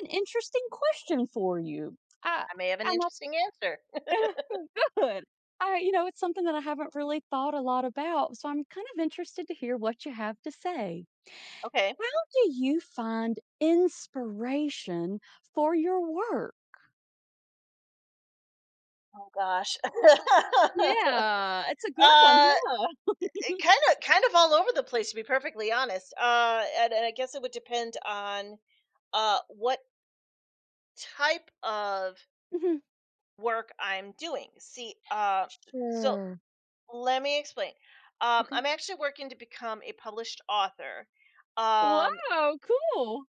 An interesting question for you. I I may have an and interesting answer. I good. I you know, it's something that I haven't really thought a lot about, so I'm kind of interested to hear what you have to say. Okay. How Do you find inspiration for your work? Oh gosh. Yeah, it's a good one, huh? Kind of all over the place, to be perfectly honest. And I guess it would depend on what type of Mhm. work I'm doing. See, so Sure. let me explain. Okay. I'm actually working to become a published author. Um, Wow, cool.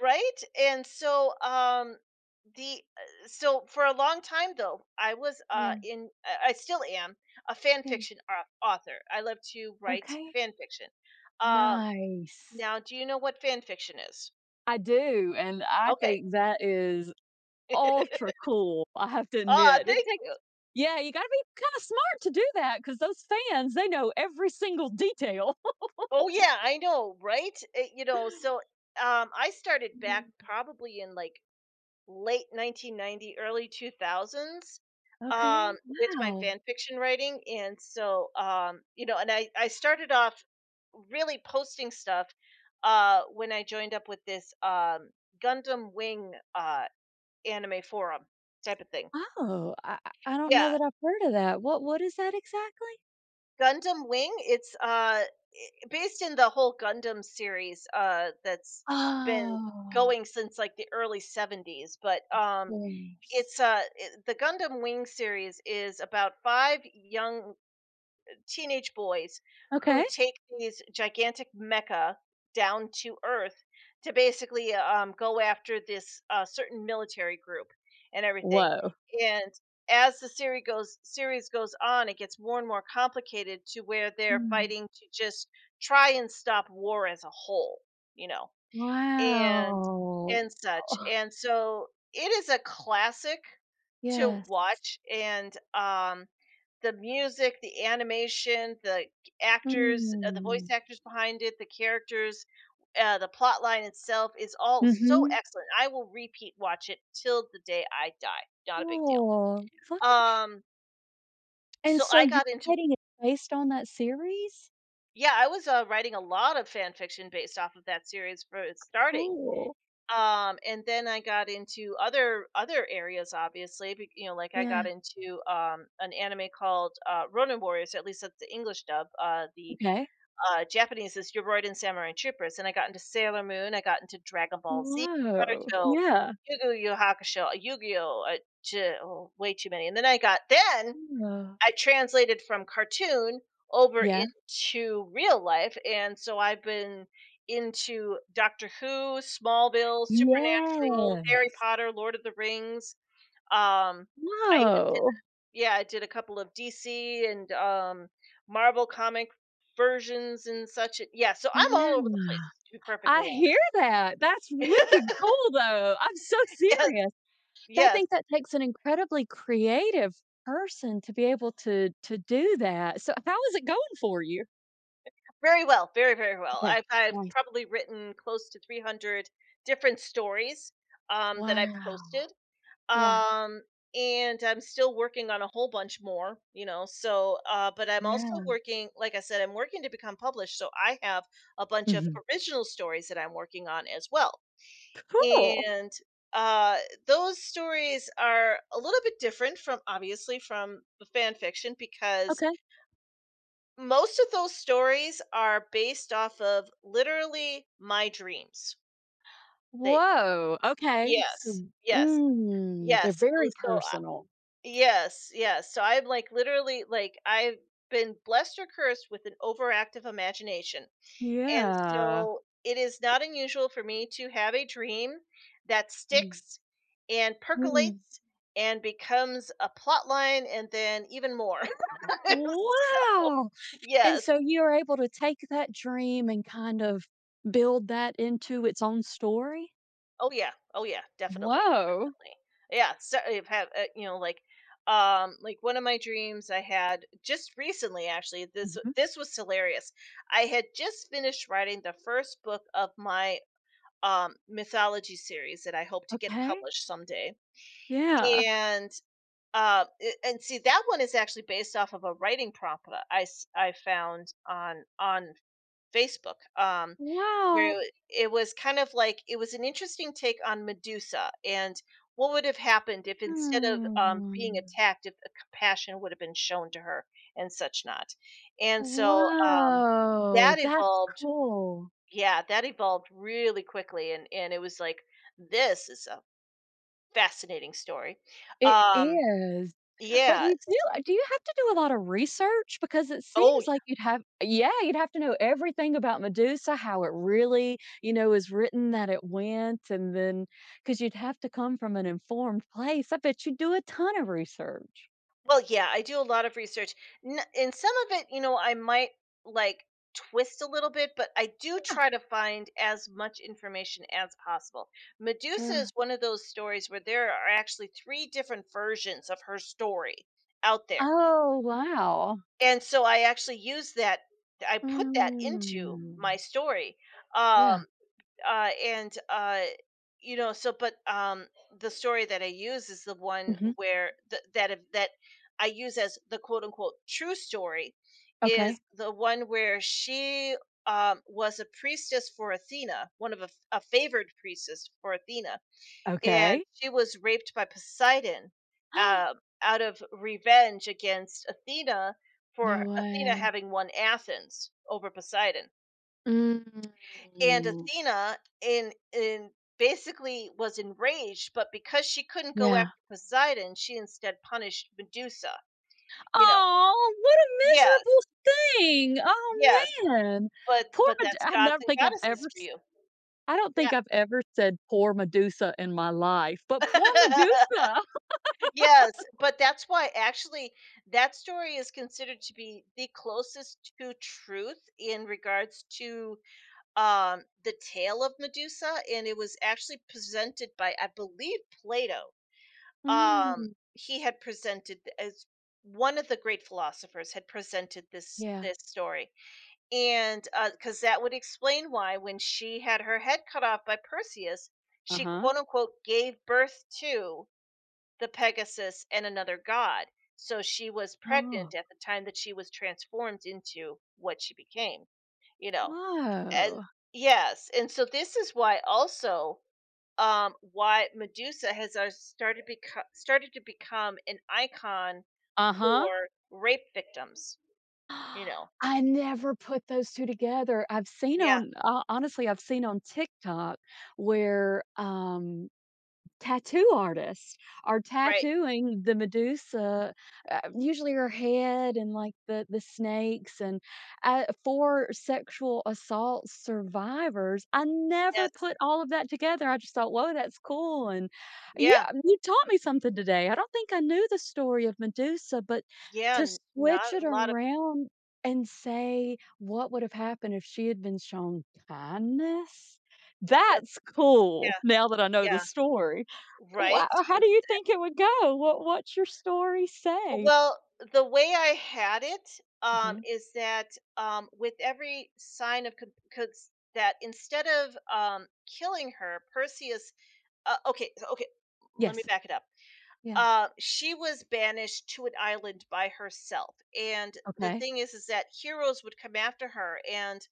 Right? And so the so for a long time though, I was Yeah, in I still am a fan yeah. fiction author. I love to write Okay. fan fiction. Um, Nice. now do you know what fan fiction is? I do, and I Okay. think that is ultra cool, I have to Ah, admit. It thank takes you. Yeah, you gotta be kinda smart to do that because those fans, they know every single detail. Oh yeah, I know, right? So I started back Mm, probably in like late 1990, early 2000s , okay, with my wow. fan fiction writing. And so, I started off really posting stuff when I joined up with this Gundam Wing anime forum type of thing. Oh, I don't know Yeah, that I've heard of that. What is that exactly? Gundam Wing. It's based in the whole Gundam series, that's been Oh, going since like the early 70s. But of course. it's the Gundam Wing series is about five young teenage boys who Okay. take these gigantic mecha down to Earth to basically go after this certain military group and everything. Whoa. And as the series goes on, it gets more and more complicated to where they're Mm. fighting to just try and stop war as a whole, you know, and Wow. and such. Oh, And so it is a classic to yes. watch, and the music, the animation, the actors, the voice Mm. actors behind it, the characters, the plot line itself is all so Mhm. excellent. I will repeat watch it till the day I die. Not a big deal. Cool. Look Um, at and so so I you're got into, writing it based on that series? yeah, I was writing a lot of fan fiction based off of that series for its starting, Cool. And then I got into other areas obviously you know, like I Yeah. got into an anime called Ronin Warriors, at least that's the English dub. uh the Okay. uh Japanese is Yoroiden Samurai Troopers, and I got into Sailor Moon, I got into Dragon Ball Z, Wow. Naruto, Yeah. Yu Yu Hakusho, Yu-Gi-Oh, oh, way too many. And then I got Then Yeah. I translated from cartoon over Yeah. into real life, and so I've been into Doctor Who, Smallville, Supernatural, Yes. Harry Potter, Lord of the Rings. Um, I even- Wow. yeah, I did a couple of DC and Marvel comic versions and such. Yeah, so I'm all over the Yeah. place. To be I perfectly hear that. That's honest. wicked cool, though. I'm so Yes, serious. I yes. think that takes an incredibly creative person to be able to do that. So how is it going for you? Very well, very, very well. Okay. I've Nice. probably written close to 300 different stories, that I've Wow. posted, Yeah. um, and I'm still working on a whole bunch more, you know, but I'm also Yeah. working, like I said, I'm working to become published, so I have a bunch of Mhm. original stories that I'm working on as well, Cool. and, uh, those stories are a little bit different from, obviously, from the fan fiction because Okay. most of those stories are based off of literally my dreams. They Whoa. Okay. yes, So, yes, mm, they're yes. Very So personal. So I'm like literally like I've been blessed or cursed with an overactive imagination, and Yeah. so it is not unusual for me to have a dream that Mhm. sticks and Mm. percolates and becomes a plot line and then even more. So Wow! And yes. so you're able to take that dream and kind of build that into its own story? Oh yeah. Oh yeah, definitely, Whoa. definitely. Yeah, so I've had, like one of my dreams I had just recently, actually, Mhm. this was hilarious. I had just finished writing the first book of my mythology series that I hope to get Okay. published someday. Yeah. And and see, that one is actually based off of a writing prompt that I found on Facebook, Wow. where it was kind of like, it was an interesting take on Medusa and what would have happened if, instead of, being Hmm. attacked, if the compassion would have been shown to her and such not, and so, Wow. that That's evolved cool. yeah, that evolved really quickly, and it was like, "This is a fascinating story." It Um, is. But yeah. you do do you have to do a lot of research? Because it Oh, seems like you'd have Yeah, you'd have to know everything about Medusa, how it really, you know, is written that it went, and then because 'cause you'd have to come from an informed place. I bet you do a ton of research. well, yeah, I do a lot of research. And some of it, you know, I might like twist a little bit, but I do Yeah, try to find as much information as possible. Medusa is sure. one of those stories where there are actually three different versions of her story out there. Oh, wow. And so I actually use that I put that into my Mm. story. Yeah. Um and you know, so but the story that I use is the one Mhm. where the, that if- that I use as the quote unquote true story is Okay. the one where she was a priestess for Athena, one of a favored priestess for Athena, and Okay. she was raped by Poseidon, uh, out of revenge against Athena for No Athena way. having won Athens over Poseidon. Mm. And Athena in basically was enraged, but because she couldn't go after Yeah. Poseidon, she instead punished Medusa, you know. Oh, what a Yes, miserable thing. yes, Oh, man. Poor but Med that's I've gods never and think I've goddesses ever for s you. I don't Yeah. think I've ever said "poor Medusa" in my life, but poor Medusa. Yes, but that's why actually that story is considered to be the closest to truth in regards to the tale of Medusa, and it was actually presented by, I believe, Plato. Um Mm, he had presented as One of the great philosophers had presented yeah. this story, and because that would explain why, when she had her head cut off by Perseus, she Uh-huh. quote unquote gave birth to the Pegasus and another god, so she was Oh. pregnant at the time that she was transformed into what she became, you know. And Oh. yes, and so this is why also, why Medusa has started started to become an icon Uh-huh. for rape victims. You know, I never put those 2 together. I've seen yeah, on ho Honestly, I've seen on TikTok where, um, tattoo artists are right, tattooing the Medusa, usually her head and, like, the snakes and, for sexual assault survivors. I never yes, put all of that together. I just thought, "Whoa, that's cool," and yeah, yeah, you taught me something today. I don't think I knew the story of Medusa, but yeah. to n- Not switch a it lot around and say, "What would have happened if she had been shown kindness?" of- That's cool Yeah, now that I know the yeah, story. Wha right. How do you Exactly. think it would go? What's your story say? Well, the way I had it, Mhm. is that with every sign of because that instead of, killing her, Perseus. Okay. Let me Yes. back it up. Yeah. She was banished to an island by herself. And the Okay. thing is that heroes would come after her, and,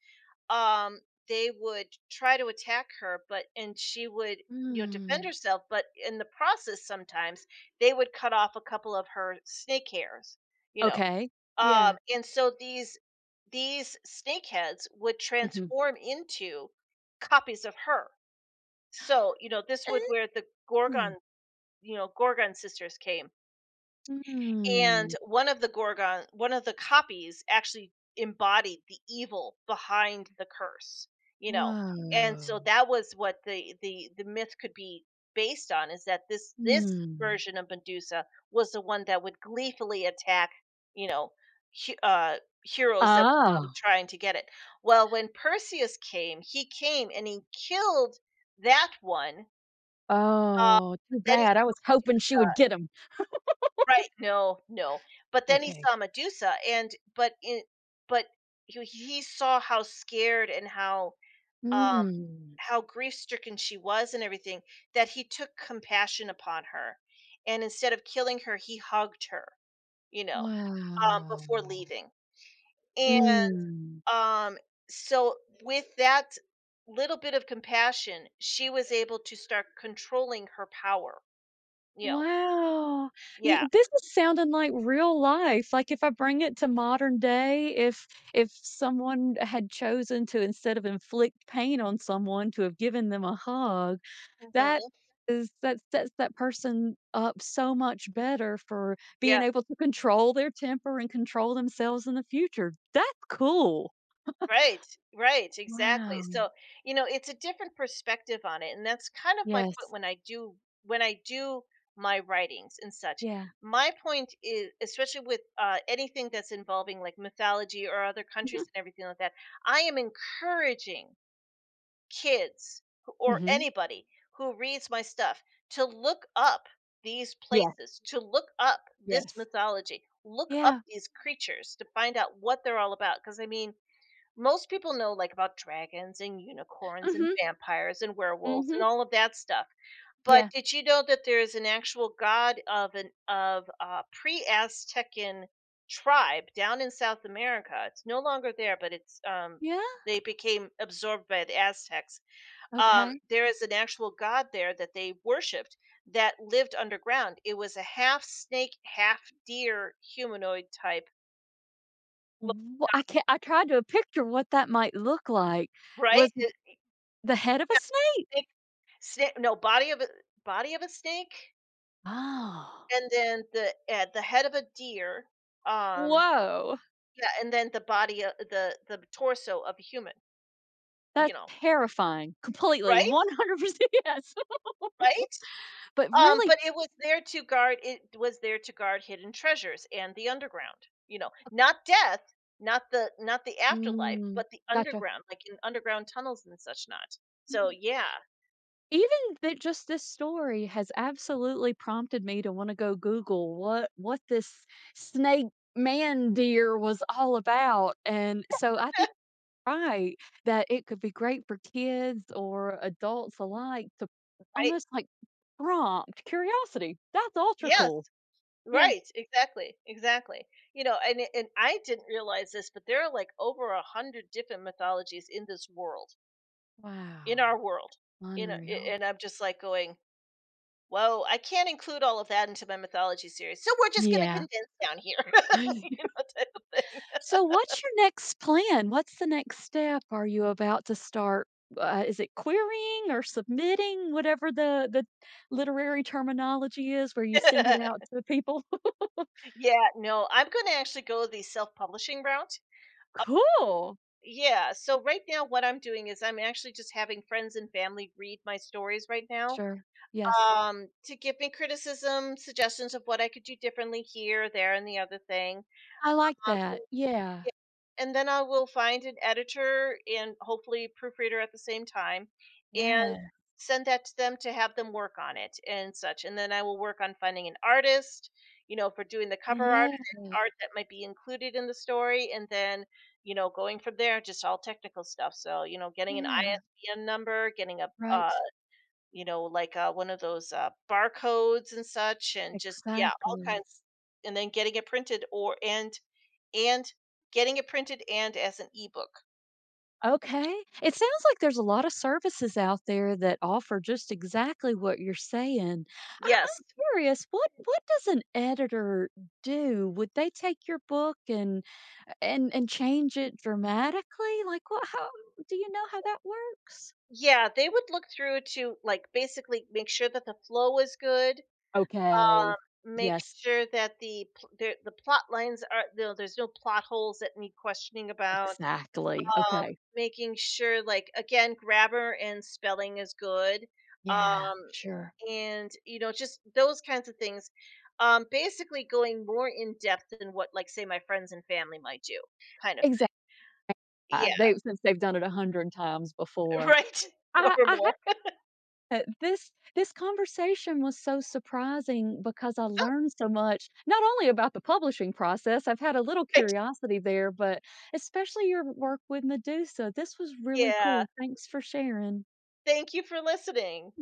um, they would try to attack her, but and she would, you know, defend Mm. herself, but in the process, sometimes they would cut off a couple of her snake hairs, you know. Okay. Yeah. And so these snakeheads would Mhm. transform into copies of her. So, you know, this would where the Gorgon Oh. you know Gorgon sisters came, and Mm. one of the Gorgon one of the copies actually embodied the evil behind the curse, you know? And Whoa. so that was what the myth could be based on, is that this Mm. version of Medusa was the one that would gleefully attack, you know, he- uh heroes that would Oh. come trying to get it. Well, when Perseus came, he came and he killed that one. Uh, Oh, but too then he bad. I saw was hoping she Medusa would get him. Right, no, no. But then he Okay. saw Medusa, and but in but he saw how scared and um, Mm. how grief-stricken she was and everything, that he took compassion upon her, and instead of killing her, he hugged her, you know, before Wow. leaving. And, Mm. um, so with that little bit of compassion, she was able to start controlling her power, you know. Wow. Y Yeah. This is sounding like real life. Like, if I bring it to modern day, if someone had chosen to, instead of inflict pain on someone, to have given them a hug, that Mhm. is that sets that person up so much better for being Yeah. able to control their temper and control themselves in the future. That's cool. Right, right, exactly. Wow. So, you know, it's a different perspective on it, and that's kind of my point Yes. when I do my writings and such. Yeah. My point is, especially with, anything that's involving like mythology or other Mhm. countries and everything like that, I am encouraging kids or Mhm. anybody who reads my stuff to look up these Yes, places, to look up this yes. mythology, look up Yeah. these creatures to find out what they're all about. Because I mean, most people know like about dragons and unicorns and Mhm. vampires and werewolves and Mhm. all of that stuff. But Yeah. did you know that there is an actual god of an of a pre-Aztecan tribe down in South America? It's no longer there, but it's, um, Yeah? they became absorbed by the Aztecs. Okay. There is an actual god there that they worshipped that lived underground. It was a half snake, half deer humanoid type, I look, I can't I tried to picture what that might look like. right? Was it It- the head of a snake? yeah, Sna no, body of a Body of a snake, Oh. and then the head of a deer, um, Whoa! yeah, and then the body of the torso of a human, you That's know, terrifying. Completely, right? 100% yes. Right? But really But it was there to guard, hidden treasures and the underground, you know, not death, not the afterlife, mm, but the gotcha. underground, like in underground tunnels and such not. So, Mhm. yeah, Even that just this story has absolutely prompted me to wanna go Google what this snake man deer was all about, and so I think right, that it could be great for kids or adults alike to right? almost, like, prompt curiosity. That's ultra Yes. cool. Yeah. Right, exactly, exactly. You know, and I didn't realize this, but there are like over 100 different mythologies in this world, in our Wow, world. You know, unreal. and I'm just like going, whoa, I can't include all of that into my mythology series, so we're just going to Yeah. condense down here. You know, type of thing. So what's your next plan? What's the next step? Are you about to start is it querying or submitting, whatever the literary terminology is where you send it out to people? Yeah, no, I'm going to actually go the self-publishing route. Cool. Yeah, so right now what I'm doing is I'm actually just having friends and family read my stories right now, Sure. Yes. To give me criticism, suggestions of what I could do differently here, there, and the other thing. I like that. And Yeah. yeah, and then I will find an editor and hopefully proofreader at the same time, and Yeah. send that to them to have them work on it and such. And then I will work on finding an artist, you know, for doing the cover art and Yeah, any art that might be included in the story. And then, you know, going from there, just all technical stuff. So, you know, getting an yeah, ISBN number, getting a, right, you know, like, one of those, barcodes and such, and just, yeah, all exactly. kinds. And then getting it printed or and and getting it printed and as an ebook. Okay, it sounds like there's a lot of services out there that offer just exactly what you're saying. I Yes. I'm curious, what does an editor do? Would they take your book and and change it dramatically? Like, what how do you know how that works? Yeah, they would look through to, like, basically make sure that the flow is good, um, Okay, make yes, sure that the pl the plot lines are, you know, there's no plot holes that need questioning about. exactly, Um, okay, making sure, like, again, grammar and spelling is good, yeah, um, sure, and, you know, just those kinds of things. Basically going more in depth than what, like, say, my friends and family might do, kind of exactly, thing. Yeah. they since they've done it 100 times before. Right. Or I haven't. more. This conversation was so surprising because I learned so much, not only about the publishing process, I've had a little Right. curiosity there, but especially your work with Medusa. This was really Yeah. cool. Thanks for sharing. Thank you for listening.